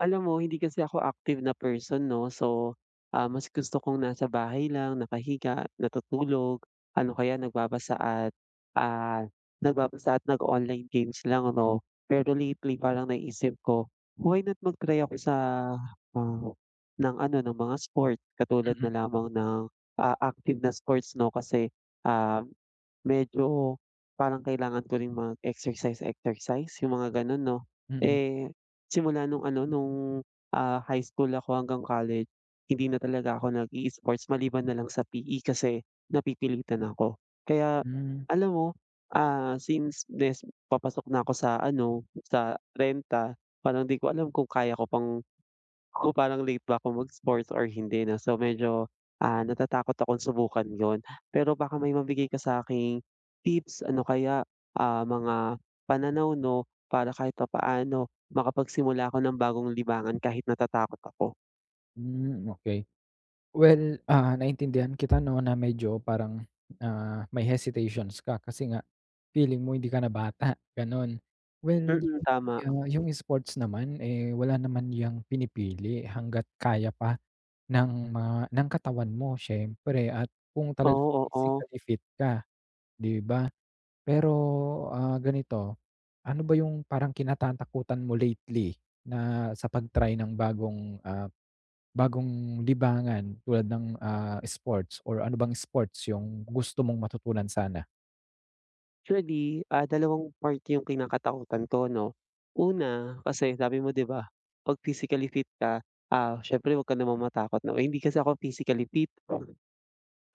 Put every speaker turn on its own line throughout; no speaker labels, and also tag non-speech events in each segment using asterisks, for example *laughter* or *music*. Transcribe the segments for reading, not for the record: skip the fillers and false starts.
Alam mo hindi kasi ako active na person 'no, so, mas gusto kong nasa bahay lang, nakahiga, natutulog, ano kaya nagbabasa at, ah, nag-online games lang ano. Pero lately parang naisip ko, why not mag-try ako sa, ah, ng ano ng mga sport katulad
Mm,
na lamang ng, active na sports 'no kasi, ah medyo parang kailangan ko ring mag-exercise-exercise yung mga gano'n 'no.
mm,
Eh, simula nung ano nung, high school ako hanggang college, hindi na talaga ako nag-i-sports maliban na lang sa PE kasi napipilitan ako. Kaya
hmm,
alam mo, since this papasok na ako sa ano, sa renta, parang 'di ko alam kung kaya ko pang ako parang late ba ako mag-sports or hindi na so medyo, natatakot akong subukan yon. Pero baka may mabigay ka sa'king tips, ano kaya, mga pananaw 'no, para kahit papaano makapagsimula ako ng bagong libangan kahit natatakot ako.
hmm, okey. Well, naintindihan kita 'no, na medyo parang, may hesitations ka kasi nga feeling mo hindi ka na bata, gano'n. Well,
Mm, tama.
yung sports naman, eh, wala naman yang pinipili hangga't kaya pa ng mga ng katawan mo siyempre at kung talagang
Oo, oo.
physically fit ka, 'di ba? Pero, ganito, ano ba yung parang kinatatakutan mo lately na sa pag-try ng bagong libangan tulad ng, sports or ano bang sports yung gusto mong matutunan sana?
Actually, dalawang part yung kinakatakutan ko 'no. Una, kasi sabi mo 'di ba, 'pag physically fit ka, siyempre 'wag ka naman matakot 'no, eh, hindi kasi ako physically fit.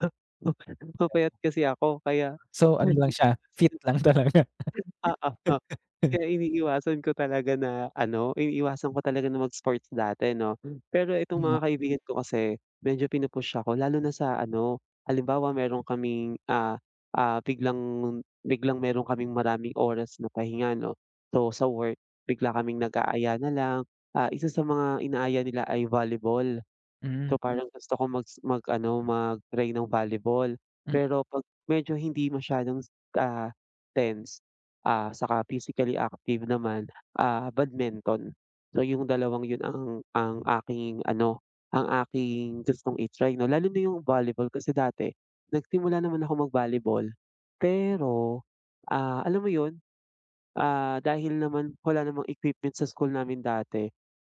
*laughs* Papayat kasi ako kaya
So, ano
*laughs*
lang siya, fit lang *laughs* talaga.
oo, oo. Kaya iniiwasan ko talaga na mag-sports dati 'no. Pero itong
Hmm,
mga kaibigan ko kasi medyo pinu ako lalo na sa ano, halimbawa meron kaming, biglang biglang meron kaming maraming oras na pahinga 'no. So, sa work bigla kaming nag-aaya na lang, isa sa mga inaaya nila ay volleyball.
mm,
So, parang gusto ko mag-try ng volleyball.
mm,
Pero 'pag medyo hindi masyadong, ah, tense, saka physically active naman, badminton. So, yung dalawang yun ang ang aking gustong i-try 'no, lalo na yung volleyball kasi dati nagsimula naman ako mag-volleyball. Pero, alam mo yun, dahil naman wala namang equipment sa school namin dati,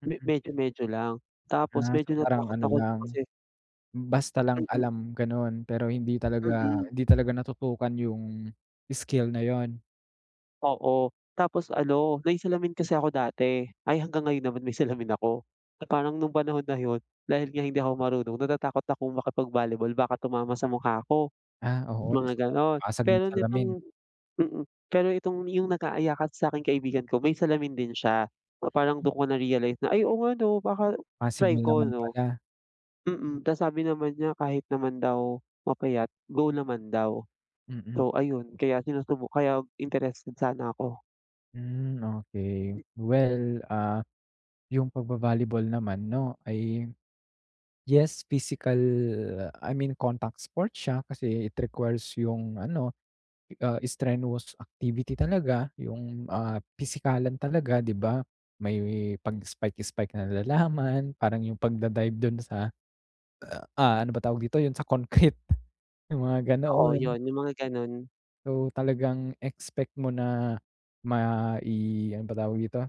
mm.
medyo-medyo lang. Tapos
Ah, so
medyo
parang
natakot
ano
ako dun
lang,
kasi.
basta lang
Mm,
alam gano'n, pero hindi talaga
mm.
hindi talaga natutukan yung skill na 'yun.
Oo, tapos ano, may salamin kasi ako dati. Ay, hanggang ngayon naman may salamin ako. Na parang nung panahon na yun, dahil nga hindi ako marunong, natatakot akong makipag-volleyball baka tumama sa mukha ko,
Ah, oo, ta's
mga gano'n.
mababasag yung
Pero
salamin,
nitong mm, Pero itong yung nag aaya sa akin kaibigan ko, may salamin din siya. Na parang dun ko na-realize na, "Ay, oo nga 'no, baka try
possible
ko
naman
'no."
pala.
Mm, ta's sabi naman niya kahit naman daw mapayat, go naman daw. So
Mm,
ayun, kaya sinusubu kaya interested sana ako.
hmm, okey. Well, ah, yung pagba-volleyball naman 'no ay yes, physical, I mean contact sport siya kasi it requires yung ano, strenuous activity talaga, yung, pisikalan talaga 'di ba? May pag-spike-spike na nilalaman, parang yung pagda-dive dun sa, ano ba tawag dito, yun sa concrete, *laughs* yung mga
Oo,
ganoon.
yun yung mga ganun,
So, talagang expect mo na ma i ano ba tawag dito,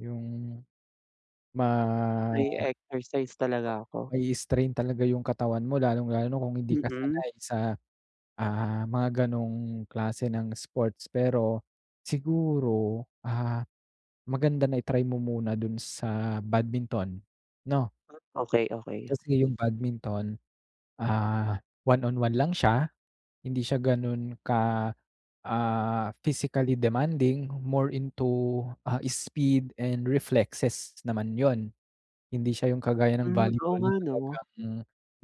yung ma
nag-e-exercise talaga ako.
may strain talaga yung katawan mo lalong-lalo na kung hindi ka
Mm,
sanay sa mga gano'ng klase ng sports. Pero siguro, maganda na i-try mo muna dun sa badminton, 'no?
okey, okey.
Kasi yung badminton, ah, one-on-one lang siya, hindi siya gano'n ka, physically demanding, more into, speed and reflexes naman 'yon. Hindi siya yung kagaya ng
Hmm, oo
volleyball
nga
na
'no.
talagang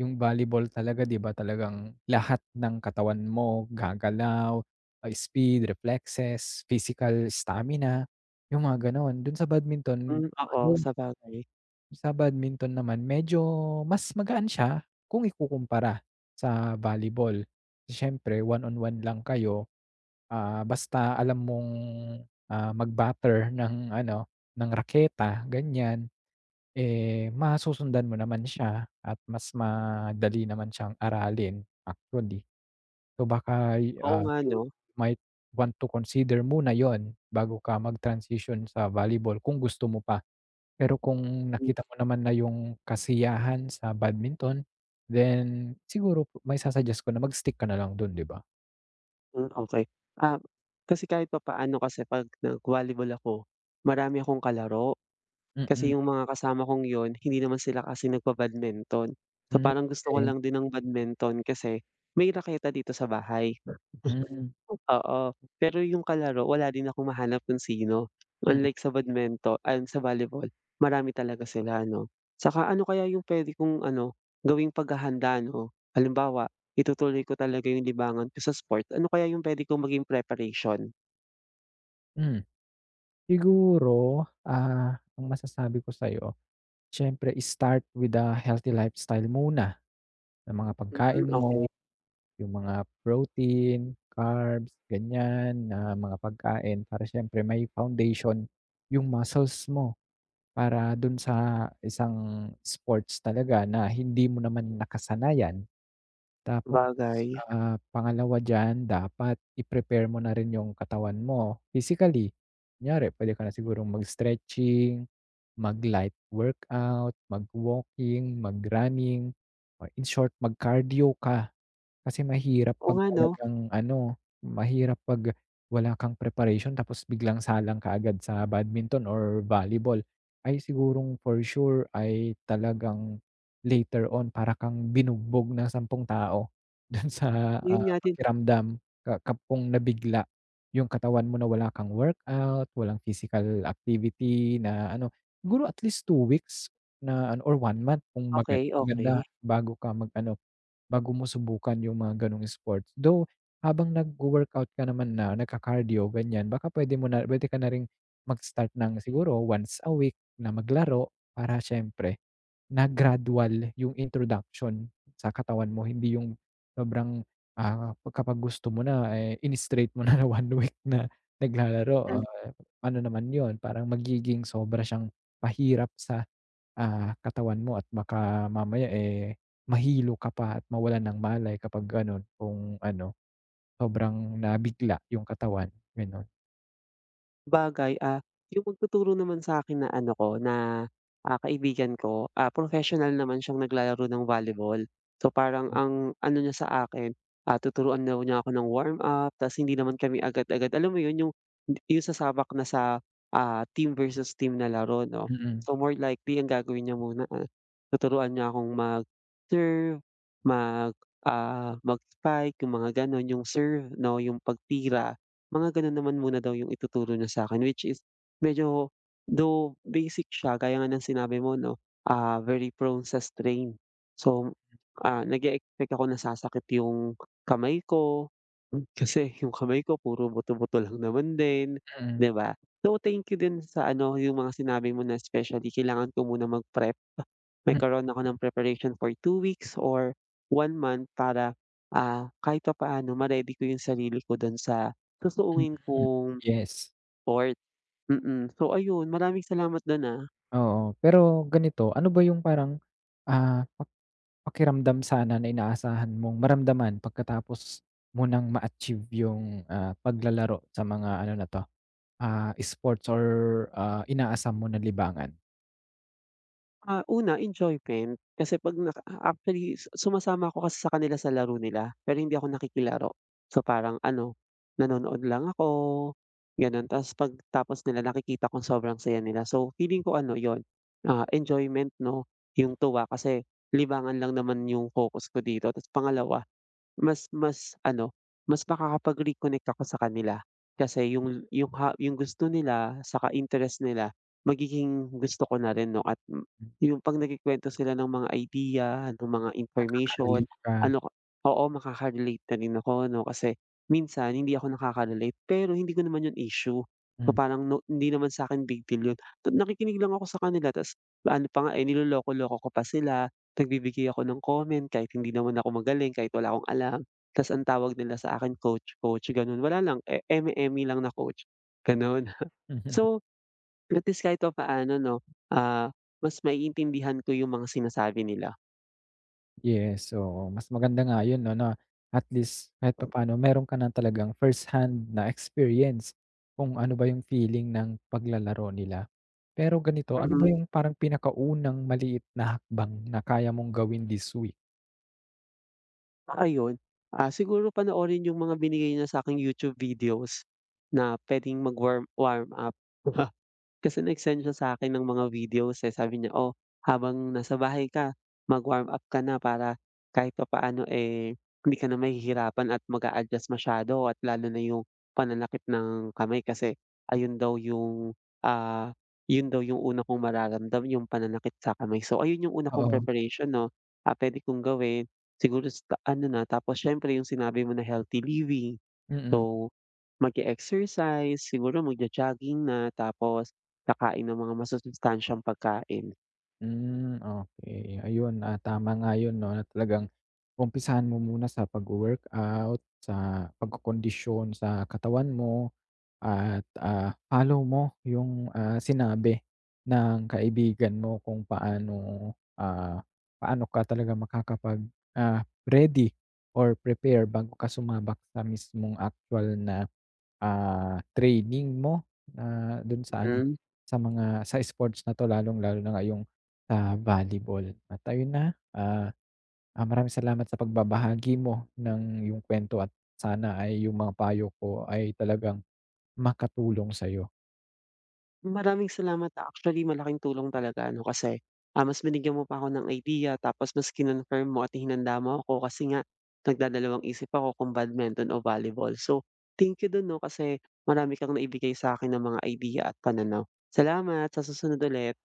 yung volleyball talaga 'di ba talagang lahat ng katawan mo gagalaw, speed, reflexes, physical stamina, yung mga gano'n. Do'n sa badminton
Hmm, oo,
ano,
sabagay.
sa badminton naman medyo mas magaan siya kung ikukumpara sa volleyball. Siyempre one on one lang kayo, basta alam mong, mag-batter ng ano, ng raketa, ganyan. Eh, masusundan mo naman siya at mas madali naman siyang aralin actually. So baka,
Oo nga
you
'no,
might want to consider muna 'yon bago ka mag-transition sa volleyball kung gusto mo pa. Pero kung nakita mo naman na yung kasiyahan sa badminton, then siguro mai-su-suggest ko na mag-stick ka na lang dun 'di ba?
mm, okey. Ah, kasi kahit papaano kasi 'pag nag-volleyball ako, marami akong kalaro.
Mm-mm.
Kasi yung mga kasama kong yun, hindi naman sila kasi nagba-badminton. So,
Mm, hmm,
parang gusto ko
okey.
lang din ng badminton kasi may raketa dito sa bahay.
Hmm,
Oo, pero yung kalaro wala din akong mahanap kung sino.
mm,
Unlike sa badminton ay sa volleyball, marami talaga sila ano. Saka ano kaya yung puwede kong ano, gawing paghahanda 'no? Halimbawa, itutuloy ko talaga yung libangan ko sa sport, ano kaya yung puwede kong maging preparation?
hmm. Siguro, ang masasabi ko sa'yo siyempre start with a healthy lifestyle muna, ng mga pagkain
Mm,
Mo,
okey,
yung mga protein, carbs, ganyan na mga pagkain para siyempre may foundation yung muscles mo para dun sa isang sports talaga na hindi mo naman nakasanayan. Tapos,
sabagay.
pangalawa diyan dapat i-prepare mo na rin yung katawan mo physically. Kunyari puwede ka na sigurong mag-stretching, mag-light workout, mag-walking, mag-running, or in short mag-cardio ka. Kasi mahirap
Oo
'pag
nga 'no,
talagang ano, mahirap 'pag wala kang preparation tapos biglang salang ka agad sa badminton or volleyball. Ay sigurong for sure ay talagang later on para kang binugbog ng 10 tao *laughs* dun sa,
yun nga din.
pakiramdam ka ka kung nabigla yung katawan mo na wala kang workout, walang physical activity na ano. Siguro at least 2 weeks na ano or 1 month kung
Okey,
maganda
okey.
bago ka mag-ano bago mo subukan yung mga gano'ng sports. Though, habang nagwo-workout ka naman na nagka-cardio ganyan, baka puwede mo na pwede ka na ring mag-start ng siguro once a week na maglaro para siyempre na gradual yung introduction sa katawan mo. Hindi yung sobrang, kapag gusto mo na, eh, ini-straight mo na *laughs* na 1 week na naglalaro,
Hmm.
ano naman yon parang magiging sobra siyang pahirap sa katawan mo at baka mamaya, eh, mahilo ka pa at mawalan ng malay kapag gano'n kung ano, sobrang nabigla yung katawan, gano'n.
Sabagay, yung magtuturo naman sa'kin na ano ko, na, kaibigan ko, professional naman siyang naglalaro ng volleyball. So, parang ang ano niya sa akin, tuturuan daw niya ako ng warm-up ta's hindi naman kami agad-agad alam mo yun, yung sasabak na sa, team versus team na laro 'no.
M mm,
So, more likely ang gagawin niya muna, tuturuan niya akong mag-serve, mag, mag-spike, yung mga gano'n, yung serve 'no, yung pagtira. Mga gano'n naman muna daw yung ituturo niya sa'kin which is medyo though basic siya gaya nga ng sinabi mo 'no, very prone sa strain. So, nag-e-expect ako na sasakit yung kamay ko, kasi yung kamay ko puro buto-buto lang naman din,
mm,
'di ba? So, thank you din sa ano, yung mga sinabi mo na especially kailangan ko muna mag-prep. Magkaroon ako ng preparation for 2 weeks or 1 month para, kahit papaano ma-ready ko yung sarili ko dun sa
m
susuungin
mm.
kong
Yes,
sport. Mm. Mm. So ayun, maraming salamat dun, ah.
oo. Pero ganito, ano ba yung parang, ah, pa pakiramdam sana na inaasahan mong maramdaman pagkatapos mo ng ma-achieve yung, paglalaro sa mga ano na 'to, sports or, inaasam mo na libangan?
ah. Una enjoyment, kasi 'pag naka actually sumasama ako kasi sa kanila sa laro nila, pero hindi ako nakikilaro. So, parang ano, nanonood lang ako, gano'n. Tapos pagtapos nila nakikita kong sobrang saya nila. So, feeling ko ano yon, enjoyment 'no, yung tuwa kasi libangan lang naman yung focus ko dito. Tapos pangalawa, mas mas ano, mas makakapag-reconnect ako sa kanila kasi yung gusto nila saka interest nila magiging gusto ko na rin 'no at yung 'pag nagkukuwento sila ng mga idea, ng mga information,
Nakaka-relieve ka,
ano ko oo, makaka-relate na rin ako 'no kasi minsan hindi ako nakaka-relate pero hindi ko naman yun issue. So,
hmm.
parang no hindi naman sa'kin big deal yun. Nakikinig lang ako sa kanila ta's ano pa nga, eh, niloloko-loko ko pa sila. Nagbibigay ako ng comment kahit hindi naman ako magaling, kahit wala akong alam, tas ang tawag nila sa akin coach, coach ganun, wala lang, eme-eme lang na coach, gano'n. *laughs*
*laughs*
So, at least kahit papaano 'no, ah, mas maiintindihan ko yung mga sinasabi nila,
Yes, oo. Mas maganda nga yun 'no, na at least kahit papaano meron ka na talagang hand na experience kung ano ba yung feeling ng paglalaro nila. Pero ganito, ano ba
mm.
Yung parang pinakaunang maliit na hakbang na kaya mong gawin this week?
Tsaka yun, siguro panoorin yung mga binigay niya sa'king YouTube videos na puwedeng mag-warm up. *laughs* Kasi nag-send siya sa'kin ng mga videos, eh, sabi niya, "Oh, habang nasa bahay ka, mag-warm up ka na para kahit papaano, eh, hindi ka na mahihirapan at mag-a-adjust masyado at lalo na yung pananakit ng kamay kasi ayun daw yung, ah, yun daw yung una kong mararamdam yung pananakit sa kamay." So, ayun yung una kong
Oo.
preparation 'no, puwede kong gawin siguro sa ano na tapos siyempre yung sinabi mo na healthy living.
Mm.
So, mag exercise siguro magjo-jogging na tapos kakain ng mga masusustansyang pagkain.
Hmm, okey. Ayun, tama nga yun 'no, na talagang umpisahan mo muna sa pagwo-workout, sa pagkokondisyon sa katawan mo. At, follow mo yung, sinabi ng kaibigan mo kung ah, paano ka talaga makakapag, ready or prepare bago ka sumabak sa mismong actual na, training mo na dun sa ano,
Mm.
sa mga sa sports na 'to lalong-lalo na ngayong sa volleyball. At ayun na, ah, maraming salamat sa pagbabahagi mo ng yung kwento at sana ay yung mga payo ko ay talagang makatulong sa'yo.
Maraming salamat, actually malaking tulong talaga ano kasi, mas binigyan mo pa ako ng idea tapos mas kinonfirm mo at hinanda mo ako kasi nga nagdadalawang isip ako kung badminton o volleyball. So, thank you dun 'no kasi marami kang naibigay sa'kin na mga idea at pananaw. Salamat, sa susunod ulit.